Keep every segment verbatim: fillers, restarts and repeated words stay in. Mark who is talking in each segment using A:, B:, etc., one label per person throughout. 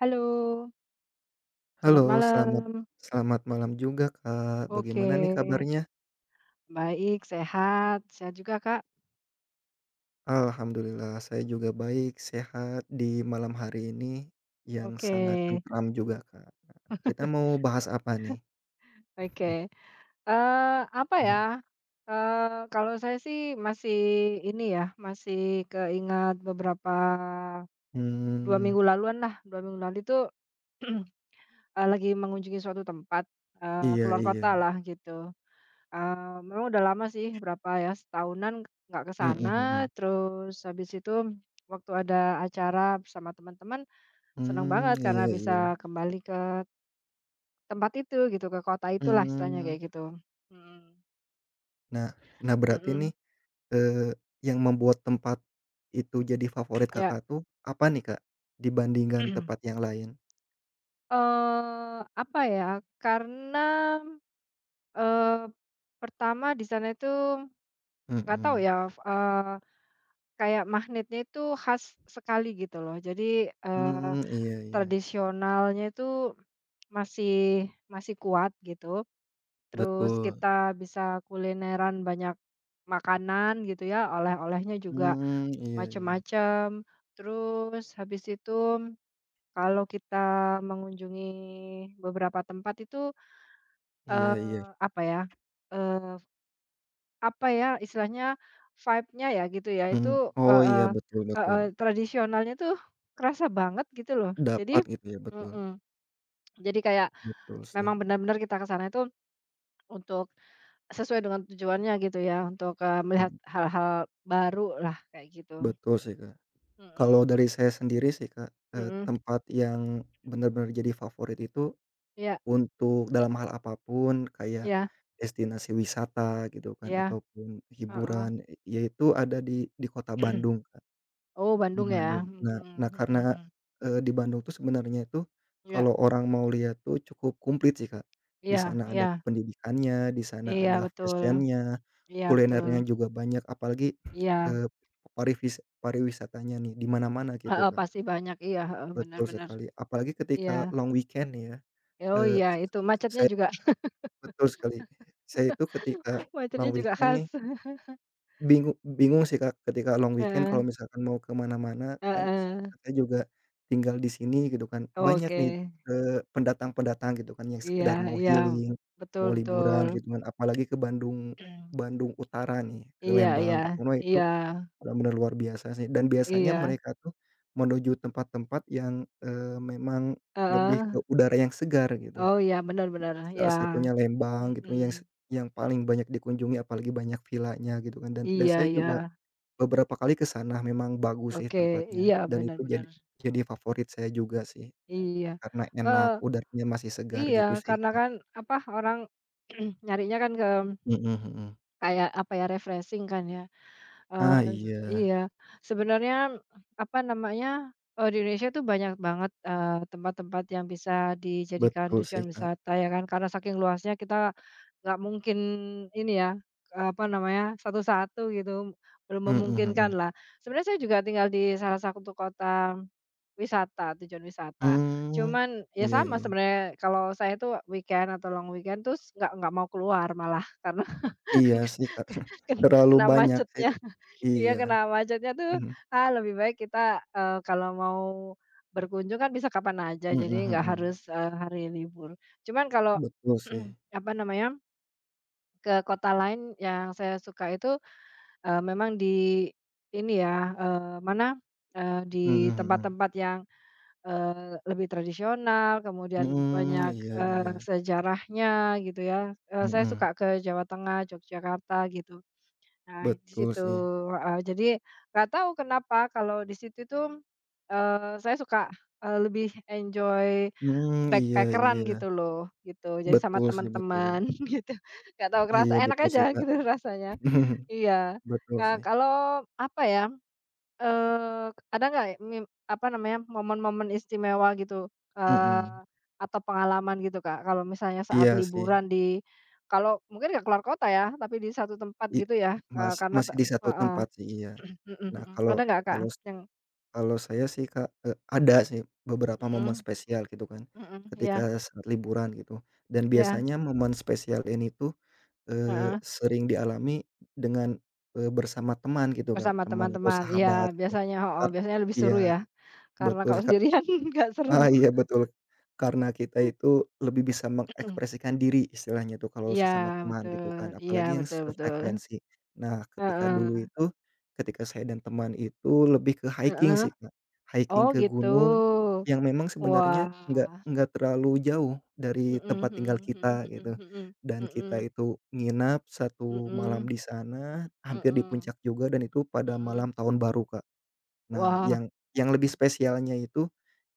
A: Halo, selamat
B: Halo, selamat
A: malam.
B: selamat malam juga, Kak.
A: Oke,
B: Bagaimana nih kabarnya?
A: baik, sehat. Sehat juga, Kak.
B: Alhamdulillah, saya juga baik, sehat di malam hari ini yang
A: Oke,
B: sangat tentram juga, Kak. Nah, kita mau bahas apa nih?
A: oke. Eh, apa ya. Eh, kalau saya sih masih ini ya, masih keingat beberapa dua
B: Hmm,
A: minggu laluan lah, dua minggu lalu itu, eee, lagi mengunjungi suatu tempat, eee,
B: iya
A: keluar
B: iya.
A: kota lah gitu. Eee, Memang udah lama sih, berapa ya, setahunan nggak ke
B: Hmm,
A: sana,
B: mhm.
A: terus habis itu waktu ada acara bersama teman-teman. Seneng
B: Mmm,
A: banget
B: iya
A: karena
B: iya.
A: bisa kembali ke tempat itu gitu, ke kota itulah istilahnya
B: Hmm,
A: kayak gitu. Mhm,
B: Nah nah berarti
A: mhm,
B: nih, eee, yang membuat tempat itu jadi favorit
A: ya.
B: Kakak tuh apa nih, Kak, dibandingkan tempat yang lain?
A: Eee, apa ya, karena, eee, pertama di sana itu nggak tahu
B: Hmm.
A: ya, eee, kayak magnetnya itu khas sekali gitu loh. Jadi, eee,
B: Mmm, iya iya.
A: tradisionalnya itu masih masih kuat gitu. Terus
B: Betul.
A: kita bisa kulineran banyak makanan gitu ya, oleh-olehnya juga
B: Mmm, iya iya.
A: macam-macam. Terus habis itu kalau kita mengunjungi beberapa tempat itu,
B: Iya iya,
A: eee, apa ya, eee, apa ya istilahnya, vibe-nya ya gitu ya, itu
B: mhm. Oh iya,
A: heeh,
B: betul betul.
A: heeh, tradisionalnya tuh kerasa banget gitu loh.
B: Dapat
A: Jadi
B: gitu ya, betul.
A: mhm, jadi kayak
B: Betul sih,
A: memang benar-benar kita ke sana itu untuk sesuai dengan tujuannya gitu ya, untuk, eee, melihat
B: mhm.
A: hal-hal baru lah kayak gitu.
B: Betul sih, Kak. Kalau
A: Mhm,
B: dari saya sendiri sih, Kak, eee,
A: mhm,
B: tempat yang bener-bener jadi favorit itu
A: ya,
B: untuk dalam hal apapun, kayak
A: iya
B: destinasi wisata gitu kan
A: iya.
B: ataupun
A: Heeh.
B: hiburan, yaitu ada di di Kota Bandung.
A: Oh,
B: Di
A: Bandung ya?
B: Bandung.
A: Mhm
B: Nah nah karena,
A: mhm mhm.
B: eee, di Bandung tuh sebenarnya itu
A: Iya
B: kalau orang mau lihat tuh cukup komplit sih, Kak. Di
A: iya
B: sana ada
A: iya
B: pendidikannya, di sana
A: iya
B: ada
A: betul,
B: fashion-nya,
A: iya betul.
B: kulinernya juga banyak, apalagi,
A: Iya,
B: eee, parivis pariwisatanya nih di mana-mana gitu,
A: heeh,
B: Kak.
A: pasti banyak, iya, heeh, benar
B: Betul
A: bener,
B: sekali, apalagi
A: iya.
B: ketika long weekend ya.
A: Oh
B: Eee,
A: iya
B: s s
A: itu macetnya
B: Saya
A: juga
B: betul sekali. Saya itu ketika
A: macetnya
B: long
A: juga
B: weekend
A: khas.
B: nih Bingung bingung sih, Kak, ketika long weekend kalau
A: Heeh
B: Mhm. misalkan mau ke mana-mana kan
A: heeh.
B: saya juga tinggal di sini gitu kan, banyak
A: Oke.
B: nih, eee, pendatang-pendatang gitu kan yang
A: Iya
B: sekedar mau
A: iya,
B: healing,
A: betul
B: mau
A: betul.
B: liburan gitu kan, apalagi ke Bandung Bandung Utara nih, ke
A: Iya iya
B: Lembang gitu kan. Wah itu
A: iya
B: bener-bener luar biasa sih dan biasanya
A: iya,
B: mereka tuh menuju tempat-tempat yang, eee, memang lebih
A: heeh.
B: ke udara yang segar gitu.
A: Oh iya benar bener, iya.
B: Salah satunya Lembang gitu
A: Mhm.
B: yang se yang paling banyak dikunjungi, apalagi banyak villanya gitu kan, dan dan
A: Iya
B: saya juga
A: iya.
B: beberapa kali ke sana, memang bagus sih
A: Oke,
B: tempatnya
A: iya
B: dan itu
A: benar-benar.
B: jadi jadi favorit saya juga sih
A: Iya,
B: karena enak,
A: eee,
B: udaranya masih segar
A: iya,
B: gitu sih,
A: karena
B: Kak.
A: kan, apa, orang nyarinya kan ke
B: Mhm mhm.
A: kayak, apa ya, refreshing kan ya.
B: Ah,
A: Eee, z
B: iya,
A: iya, sebenarnya, apa namanya, eee, di Indonesia tuh banyak banget, eee, tempat-tempat yang bisa dijadikan
B: betul
A: tujuan
B: sih, Kak.
A: wisata ya kan, karena saking luasnya kita nggak mungkin ini ya, eee, apa namanya, satu-satu gitu, belum
B: Mhm
A: memungkinkan
B: mhm.
A: lah. Sebenarnya saya juga tinggal di salah satu kota wisata, tujuan wisata.
B: Mmm,
A: Cuman, ya
B: iya
A: sama
B: iya.
A: sebenarnya kalau saya tuh weekend atau long weekend tuh nggak nggak mau keluar malah karena
B: Iya
A: ken
B: sih, Kak.
A: ken
B: Terlalu
A: kena
B: banyak sih
A: macetnya.
B: itu.
A: Iya
B: Iya.
A: kena macetnya tuh,
B: Mhm.
A: ah, lebih baik kita, eee, kalau mau berkunjung kan bisa kapan aja, jadi
B: Mhm
A: nggak
B: mhm.
A: harus, eee, hari libur. Cuman kalau
B: Betul sih.
A: apa namanya, ke kota lain yang saya suka itu, eee, memang di ini ya, eee, mana, eee, di
B: Mhm mhm.
A: tempat-tempat yang, eee, lebih tradisional, kemudian
B: Mhm,
A: banyak,
B: iya
A: eee,
B: iya.
A: sejarahnya gitu ya. Eee, saya
B: Mhm.
A: suka ke Jawa Tengah, Yogyakarta gitu. Nah, di
B: Betul
A: situ,
B: sih.
A: heeh. Jadi, nggak tahu kenapa kalau di situ tuh, eee, saya suka, eee, lebih enjoy
B: Mmm, iya
A: backpacker-an
B: iya.
A: gitu loh, gitu. Jadi sama
B: Betul sih, betul.
A: teman-teman gitu, nggak tahu kerasa
B: Iya,
A: enak
B: betul
A: aja
B: sih, Kak.
A: gitu rasanya. Iya.
B: Betul
A: Eee,
B: sih,
A: kalau apa ya. Eee, ada nggak ya mim apa namanya, momen-momen istimewa gitu,
B: mhm,
A: eee, atau pengalaman gitu, Kak, kalau misalnya saat
B: iya sih,
A: liburan di kalau mungkin nggak keluar kota ya, tapi di satu tempat
B: i
A: gitu ya, eee,
B: mas
A: karena te
B: masih di satu
A: heeh,
B: tempat sih, iya.
A: mhm
B: Nah
A: mhm.
B: kalau
A: Ada nggak, Kak,
B: kalau s
A: yang
B: kalau saya sih Kak, eee, ada sih beberapa momen
A: mhm
B: spesial gitu kan,
A: mhm, iya
B: ketika saat liburan gitu, dan
A: iya,
B: biasanya momen spesial ini tuh, eee,
A: heeh,
B: sering dialami dengan, eee, bersama teman gitu Kak,
A: bersama
B: teman atau
A: teman-teman. Iya,
B: sahabat gitu.
A: biasanya heeh,
B: kar
A: biasanya lebih seru
B: iya,
A: ya, karena
B: betul
A: kalau
B: sih, Kak.
A: sendirian nggak
B: Ah,
A: seru.
B: iya betul. Karena kita itu lebih bisa mengekspresikan diri istilahnya tuh kalau
A: Iya,
B: sesama teman gitu
A: betul,
B: kan,
A: iya,
B: apalagi yang
A: betul betul.
B: sefrekuensi. Nah, ketika dulu
A: Heeh
B: itu, ketika saya dan teman itu lebih ke hiking
A: heeh.
B: sih, Kak.
A: Oh,
B: Hiking ke
A: gitu.
B: gunung yang memang sebenarnya
A: Wah,
B: nggak nggak terlalu jauh dari
A: mhm
B: tempat tinggal
A: mhm
B: kita
A: mhm
B: gitu,
A: mhm
B: dan kita
A: mhm
B: itu nginap
A: mhm
B: satu malam
A: mhm
B: di sana, hampir di
A: mhm
B: puncak juga, dan itu pada
A: mhm.
B: malam tahun baru, Kak. Nah,
A: Wah,
B: yang yang lebih spesialnya itu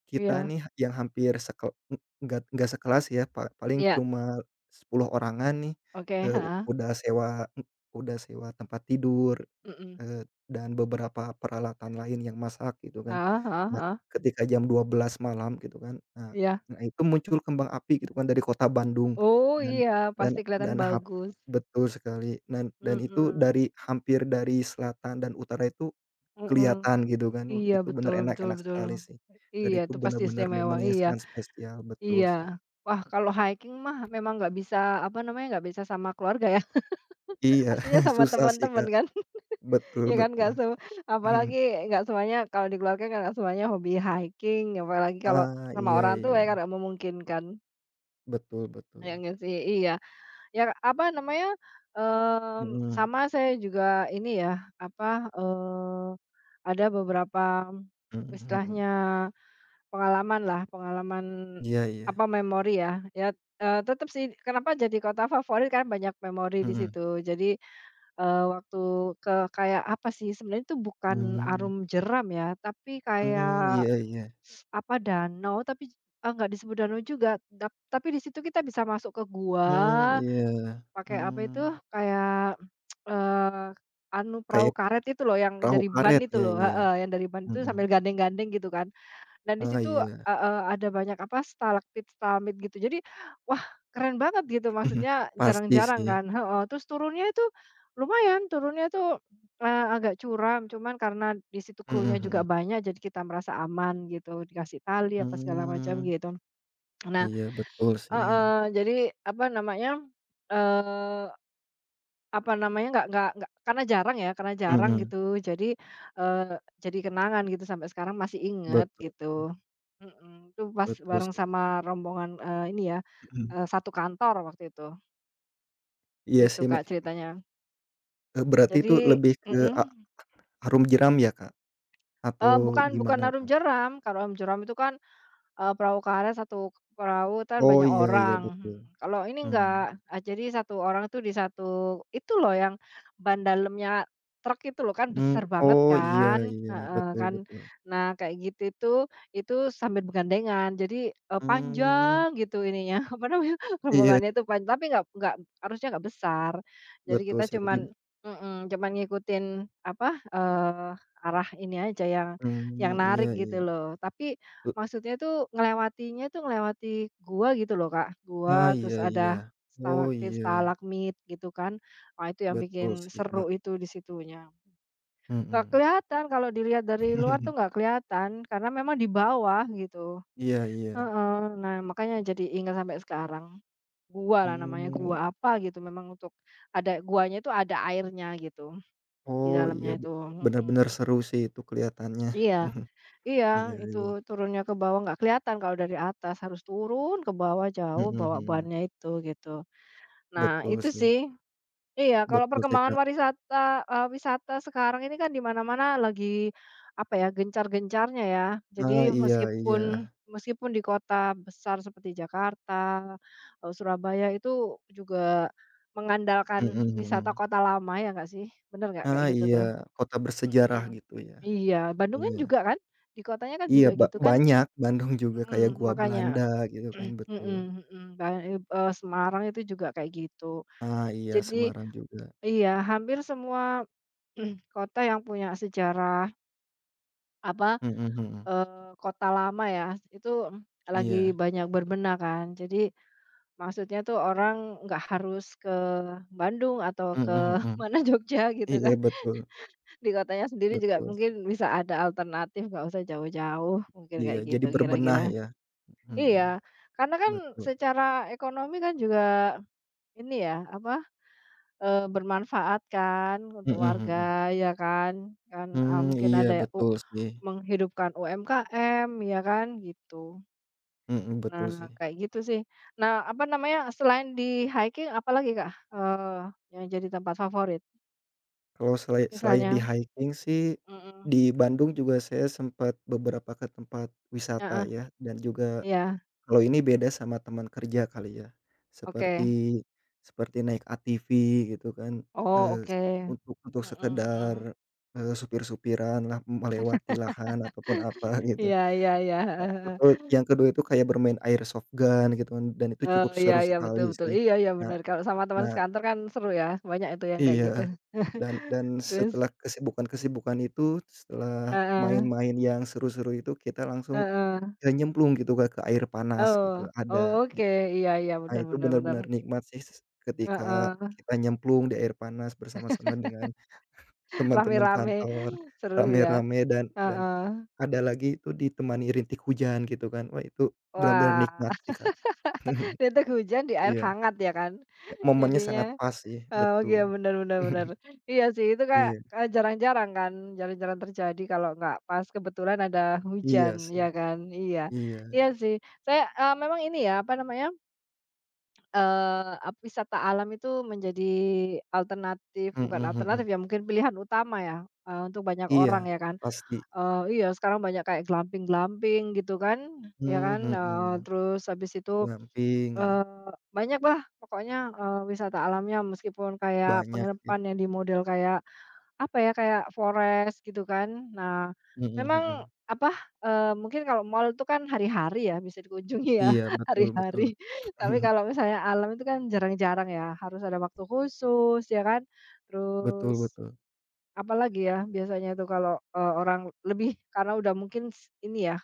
B: kita
A: iya
B: nih yang hampir seke e enggak enggak sekelas ya, pa paling
A: iya,
B: cuma sepuluh orangan nih,
A: oke,
B: eee,
A: heeh,
B: udah sewa e udah sewa tempat tidur,
A: mhm,
B: eee, dan beberapa peralatan lain yang masak gitu kan.
A: heeh heeh
B: Nah,
A: heeh,
B: ketika jam dua belas malam gitu kan, nah
A: iya.
B: nah itu muncul kembang api gitu kan dari kota Bandung,
A: Oh,
B: dan
A: iya,
B: dan
A: pasti kelihatan
B: dan hap
A: bagus,
B: betul sekali, dan dan itu
A: mhm
B: dari hampir dari selatan dan utara itu
A: mhm,
B: kelihatan gitu kan, wah
A: iya,
B: itu bener
A: betul betul
B: enak-enak
A: betul,
B: sekali sih, dan
A: iya,
B: itu
A: itu pasti
B: bener-bener
A: istimewa,
B: momen yang
A: iya
B: sangat spesial,
A: iya.
B: betul sih.
A: Wah, kalau hiking mah memang nggak bisa, apa namanya, nggak bisa sama keluarga ya,
B: Iya,
A: pastinya sama
B: susah sih
A: teman-teman
B: Kak,
A: kan?
B: betul
A: Ya kan
B: betul.
A: nggak se apalagi nggak semuanya kalau dikeluarkan kan nggak semuanya hobi hiking, apalagi kalau
B: Ah,
A: sama
B: iya
A: orang tua
B: iya,
A: ya karena memungkinkan.
B: betul betul.
A: Ya nggak sih? Iya. Ya apa namanya, mmm,
B: Mhm,
A: sama saya juga ini ya, apa, eee, ada beberapa
B: mhm mhm.
A: istilahnya pengalaman lah, pengalaman
B: Iya iya,
A: apa, memori ya. Ya, eee, tetep sih kenapa jadi kota favorit karena banyak memori di
B: mhm,
A: situ. Jadi Eee, waktu ke kayak apa sih, sebenarnya itu bukan
B: mmm,
A: arum jeram ya, tapi
B: mhm,
A: kayak
B: iya iya,
A: apa, danau tapi eee, nggak disebut danau juga, dap tapi di situ kita bisa masuk ke
B: mmm,
A: gua,
B: iya,
A: pakai apa itu,
B: mhm.
A: kayak, eee, anu perahu
B: Kayak
A: karet itu loh yang
B: perahu
A: dari ban
B: karet,
A: itu
B: ya
A: loh
B: iya,
A: heeh, yang dari ban itu
B: mhm,
A: sambil gandeng-gandeng gitu kan. Dan di
B: ah,
A: situ,
B: iya,
A: heeh, ada banyak, apa, stalaktit-stalagmit gitu. Jadi, wah keren banget gitu, maksudnya
B: pasti
A: jarang-jarang
B: sih,
A: kan heeh, terus turunnya itu lumayan, turunnya tuh, eee, agak curam, cuman karena di situ
B: mhm
A: krunya juga
B: mhm,
A: banyak, jadi kita merasa aman gitu, dikasih tali apa segala macam
B: mmm,
A: gitu. Nah
B: iya betul sih,
A: heeh, jadi, apa namanya, eee apa namanya, nggak nggak nggak karena jarang ya, karena jarang
B: mhm.
A: gitu. Jadi, eee, jadi kenangan gitu sampai sekarang masih inget
B: Betul,
A: gitu. Mhm, itu pas
B: betul
A: bareng
B: sih,
A: sama rombongan, eee, ini ya,
B: mhm,
A: eee, satu kantor waktu itu,
B: iya
A: gitu
B: sih me
A: Kak ceritanya.
B: eee, berarti itu
A: Jadi
B: lebih ke a
A: mhm,
B: harum jeram ya, Kak?
A: eee,
B: Atau
A: bukan bukan
B: gimana,
A: arum
B: Kak?
A: jeram, kalau arum jeram itu kan, Eee, perahu karet, satu perahu kan
B: Oh,
A: banyak
B: iya iya
A: orang, mhm,
B: betul,
A: kalau ini
B: mmm,
A: enggak, eee, jadi satu orang tuh di satu itu loh yang ban dalamnya truk itu loh kan
B: mhm,
A: besar banget
B: oh, iya
A: kan,
B: iya,
A: heeh,
B: betul
A: kan.
B: betul,
A: Nah kayak gitu itu, itu sambil bergandengan jadi, eee,
B: mmm,
A: panjang gitu ininya, apa namanya,
B: iya,
A: rombongannya itu panjang, tapi nggak nggak harusnya nggak besar. Jadi
B: betul
A: kita
B: sih
A: cuman
B: lebih,
A: mhm, cuman ngikutin apa, eee, arah ini aja yang yang
B: mmm,
A: narik
B: iya
A: gitu
B: iya,
A: loh. Tapi
B: be
A: maksudnya tuh ngelewatinya tuh ngelewati gua gitu loh, Kak. Gua,
B: ah,
A: terus
B: iya iya,
A: ada
B: oh,
A: stalaktit,
B: iya,
A: stalagmit gitu kan. Wah, itu yang
B: betul
A: bikin
B: sih, Kak,
A: seru itu di situnya. Nggak
B: mhm,
A: kelihatan kalau dilihat dari luar tuh nggak kelihatan karena memang di bawah gitu.
B: iya iya,
A: Heeh. Nah, makanya jadi ingat sampai sekarang. Gua lah namanya,
B: mmm,
A: gua apa gitu memang untuk ada guanya itu ada airnya gitu di
B: oh, iya,
A: dalamnya
B: be
A: itu,
B: bener-bener
A: mhm.
B: seru sih itu kelihatannya,
A: Iya. Iya,
B: iya
A: itu
B: iya,
A: turunnya ke bawah nggak kelihatan kalau dari atas, harus turun ke bawah jauh
B: mhm
A: bawa
B: mhm.
A: bannya itu gitu. Nah
B: Betul
A: itu
B: sih,
A: sih, iya kalau
B: betul sih,
A: perkembangan
B: Kak.
A: warisata eee, wisata sekarang ini kan di mana-mana lagi apa ya, gencar-gencarnya ya. Jadi
B: Ah, iya
A: meskipun
B: iya,
A: meskipun di kota besar seperti Jakarta, eee, Surabaya itu juga mengandalkan
B: mhm
A: wisata
B: mhm.
A: kota lama ya nggak sih? Bener nggak kayak
B: Ah,
A: gitu
B: iya,
A: tuh?
B: kota bersejarah
A: Mhm.
B: gitu ya.
A: Iya, Bandung kan
B: Iya
A: juga kan? Di kotanya kan
B: iya,
A: juga
B: ba
A: gitu kan.
B: banyak Bandung juga kayak
A: Mhm,
B: Gua
A: makanya,
B: Belanda gitu kan, betul.
A: mhm mhm, dan ib Semarang itu juga kayak gitu.
B: Ah, iya,
A: Jadi
B: Semarang juga.
A: iya, hampir semua kota yang punya sejarah, apa,
B: Mhm mhm.
A: eee, kota lama ya, itu lagi
B: Iya,
A: banyak berbenah kan. Jadi maksudnya tuh orang nggak harus ke Bandung atau ke
B: mhm mhm.
A: mana, Jogja gitu
B: Iya,
A: kan,
B: betul
A: di kotanya sendiri juga
B: betul.
A: mungkin bisa ada alternatif, nggak usah jauh-jauh, mungkin
B: Iya,
A: kayak
B: jadi
A: gitu
B: berbenah
A: kira-kira.
B: ya. Mhm,
A: Iya, karena kan
B: betul.
A: secara ekonomi kan juga ini ya, apa, eee, bermanfaat kan untuk
B: Mhm mhm.
A: warga ya kan, kan, eee,
B: Mmm,
A: mungkin
B: iya
A: ada u
B: betul sih.
A: menghidupkan U M K M ya kan gitu.
B: Mhm, betul
A: Nah
B: sih.
A: kayak gitu sih. Nah apa namanya, selain di hiking apalagi Kak, eee, yang jadi tempat favorit?
B: Kalau selai selain di
A: Misalnya
B: hiking sih,
A: mhm,
B: di Bandung juga saya sempat beberapa ke tempat
A: heeh,
B: wisata ya, dan juga
A: iya,
B: kalau ini beda sama teman kerja kali ya,
A: oke.
B: seperti seperti naik A T V gitu kan,
A: Oh
B: eee,
A: oke,
B: untuk untuk
A: mhm
B: sekedar,
A: mhm.
B: eee, supir lah melewati lahan ataupun apa gitu.
A: Iya iya iya, heeh heeh.
B: Atau yang kedua itu kayak bermain airsoft gun gitu kan, dan itu
A: Oh,
B: cukup
A: iya
B: seru
A: iya, betul
B: sekali
A: betul.
B: sih.
A: Iya iya,
B: Nah
A: benar kalau sama teman
B: nah
A: sekantor kan seru ya, banyak itu yang kayak
B: iya.
A: gitu.
B: Dan dan
A: Terus
B: setelah kesibukan-kesibukan itu, setelah
A: heeh,
B: main-main yang seru-seru itu, kita langsung,
A: heeh.
B: eee, nyemplung gitu Kak, ke air panas
A: Oh
B: gitu,
A: oh,
B: ada di
A: oke, iya iya,
B: nah
A: benar
B: itu
A: benar benar
B: benar-benar nikmat sih s ketika
A: heeh.
B: kita nyemplung di air panas bersama-sama dengan teman-teman
A: Rame-rame,
B: kantor,
A: seru ya,
B: rame-rame, dan dan
A: heeh.
B: ada lagi itu ditemani rintik hujan gitu kan, wah itu benar-benar
A: Wah,
B: nikmat sih Kak.
A: itu hujan di air
B: Iya,
A: hangat ya kan
B: e momennya
A: jadinya.
B: sangat pas sih,
A: Oh,
B: betul.
A: iya, benar-benar benar. Benar. Iya sih, itu kayak
B: Iya,
A: kayak jarang-jarang kan, jarang-jarang terjadi kalau nggak pas kebetulan ada
B: iya
A: hujan,
B: sih,
A: ya kan? Iya.
B: iya,
A: Iya sih. Saya, eee, memang ini ya, apa namanya, eee, ap wisata alam itu menjadi alternatif bukan
B: mhm
A: alternatif
B: mhm.
A: ya, mungkin pilihan utama ya, eee, untuk banyak
B: Iya,
A: orang ya kan.
B: pasti.
A: Eee, iya, sekarang banyak kayak glamping-glamping gitu kan, ya
B: Mmm,
A: kan? Heeh,
B: mhm.
A: terus habis itu
B: Glamping ya,
A: Eee, banyak lah pokoknya, eee, wisata alamnya meskipun kayak
B: banyak sih.
A: penginapan yang di model kayak, apa ya, kayak forest gitu kan. Nah,
B: Mhm
A: memang
B: mhm.
A: apa, eee, mungkin kalau mall itu kan hari-hari ya bisa dikunjungi ya,
B: Iya, betul betul.
A: hari-hari. Tapi kalau misalnya alam itu kan jarang-jarang ya, harus ada waktu khusus ya kan.
B: Betul
A: Terus
B: betul.
A: apalagi ya biasanya itu kalau, eee, orang lebih karena udah mungkin s ini ya,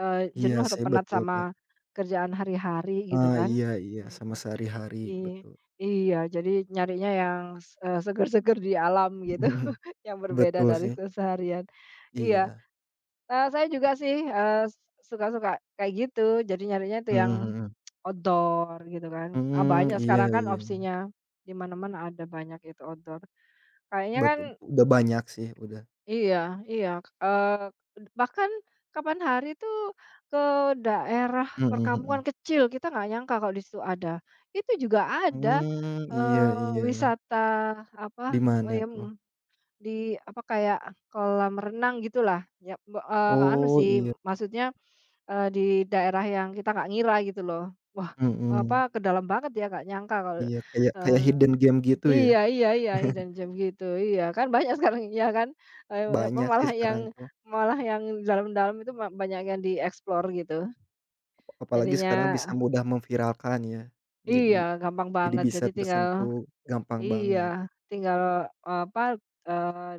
A: eee,
B: Iya
A: jenuh atau
B: sih,
A: penat
B: betul, Kak.
A: sama kerjaan hari-hari gitu
B: Ah,
A: kan.
B: iya iya, sama
A: Mhm.
B: sehari-hari,
A: Gi
B: betul.
A: iya, jadi nyarinya yang, s eee, seger-seger di alam gitu, yang berbeda
B: Betul
A: dari
B: sih,
A: keseharian. Iya,
B: iya.
A: eee, saya juga sih, eee, s suka-suka kayak gitu, jadi nyarinya itu
B: Mhm
A: yang
B: mhm.
A: outdoor gitu kan. Ah,
B: Mhm,
A: banyak
B: iya
A: sekarang kan
B: iya.
A: opsinya, di mana-mana ada banyak itu outdoor. Kayaknya kan
B: Betul, udah banyak sih, udah.
A: iya iya, eee, bahkan kapan hari itu ke daerah
B: Mhm
A: perkampungan
B: mhm.
A: kecil, kita nggak nyangka kalau di situ ada. Itu juga ada,
B: Mmm, iya
A: eee,
B: iya.
A: wisata apa,
B: Di mana tuh?
A: mmm, di apa, kayak kolam renang gitulah, ya, be eee, anu
B: Oh,
A: sih,
B: iya.
A: maksudnya, eee, di daerah yang kita nggak ngira gitu loh. Wah, apa,
B: Mhm.
A: ke dalam banget ya, nggak nyangka kalau,
B: Iya, kayak kayak
A: eee
B: hidden game gitu ya?
A: iya iya iya hidden gem gitu, iya, kan banyak sekarang ya kan, eee, apa,
B: Banyak sih
A: malah yang
B: sekarang tuh.
A: malah yang dalam-dalam itu ma banyak yang dieksplor gitu.
B: Apalagi
A: Jadinya
B: sekarang bisa mudah memviralkan ya.
A: iya,
B: Jadi
A: gampang
B: jadi
A: banget,
B: bisa
A: jadi tinggal
B: tersentuh gampang
A: iya,
B: banget.
A: tinggal, eee, apa, eee,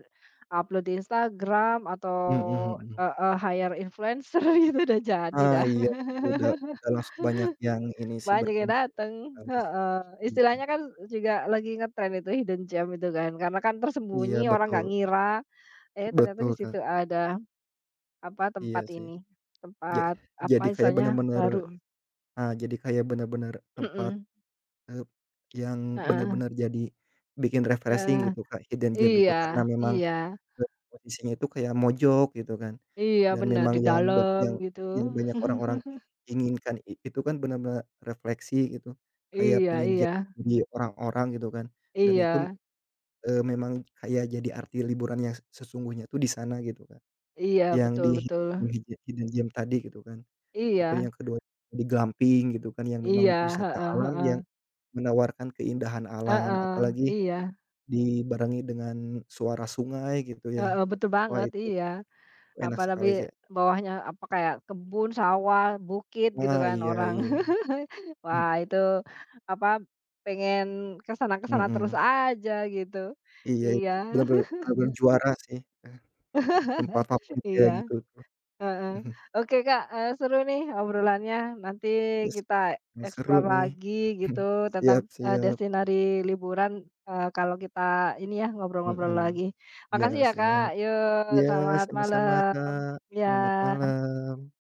A: upload di Instagram atau,
B: Mhm mhm.
A: heeh, hire influencer gitu udah jadi
B: Ah,
A: dah,
B: iya, udah udah langsung banyak yang ini sih
A: banyak yang
B: berkunjung
A: dateng,
B: kali sih.
A: heeh.
B: Iya
A: Istilahnya kan juga lagi ngetren itu hidden gem itu kan, karena kan tersembunyi,
B: iya,
A: orang
B: betul
A: nggak ngira, eh ternyata di
B: betul, Kak.
A: situ ada. Apa,
B: Iya
A: tempat
B: sih.
A: ini,
B: Ja
A: tempat apa
B: jadi kayak
A: misalnya
B: bener-bener,
A: baru
B: ah, jadi kayak bener-bener tempat,
A: mhm,
B: eee, yang
A: heeh,
B: bener-bener jadi bikin refreshing
A: heeh,
B: gitu, Kak. Hidden gem itu
A: iya
B: karena memang
A: iya
B: ke posisinya itu kayak mojok gitu kan,
A: iya,
B: dan
A: benar
B: memang
A: di
B: yang ba
A: dalam
B: yang
A: gitu,
B: yang banyak orang-orang inginkan i itu kan benar-benar refleksi gitu, kayak
A: iya
B: pengen
A: iya
B: jauh dari orang-orang gitu kan, dan itu,
A: iya
B: eee, memang kayak jadi arti liburan yang sesungguhnya tuh di sana gitu Kak,
A: iya,
B: yang
A: betul
B: di
A: betul,
B: hiji hidden gem tadi gitu kan, atau
A: iya
B: yang kedua di glamping gitu kan, yang
A: iya,
B: memang wisata
A: heeh
B: alam
A: heeh,
B: yang menawarkan keindahan alam,
A: heeh,
B: apalagi
A: iya,
B: dibarengi dengan suara sungai gitu ya,
A: heeh, betul
B: wah
A: banget,
B: itu
A: iya.
B: enak
A: Apa lebih
B: sekali sih.
A: bawahnya apa kayak kebun, sawah, bukit gitu
B: Ah,
A: kan
B: iya
A: orang.
B: iya, mhm
A: Wah itu apa, pengen ke sana ke sana terus
B: mhm,
A: aja gitu.
B: iya
A: Iya
B: itu bener-bener bener-bener juara sih, eh, tempat favorit
A: iya,
B: kayak gitu tuh,
A: heeh.
B: mhm,
A: Oke Kak, eee, seru nih obrolannya nanti
B: iya sih,
A: kita
B: wah seru
A: explore
B: nih,
A: lagi gitu tentang,
B: siap
A: eee,
B: siap,
A: destinasi liburan, eee, kalau kita ini ya ngobrol-ngobrol
B: mhm,
A: lagi.
B: iya
A: Makasih ya Kak,
B: siap,
A: yuk
B: iya
A: selamat
B: sama-sama
A: malam.
B: Kak, selamat
A: Ya.
B: malam.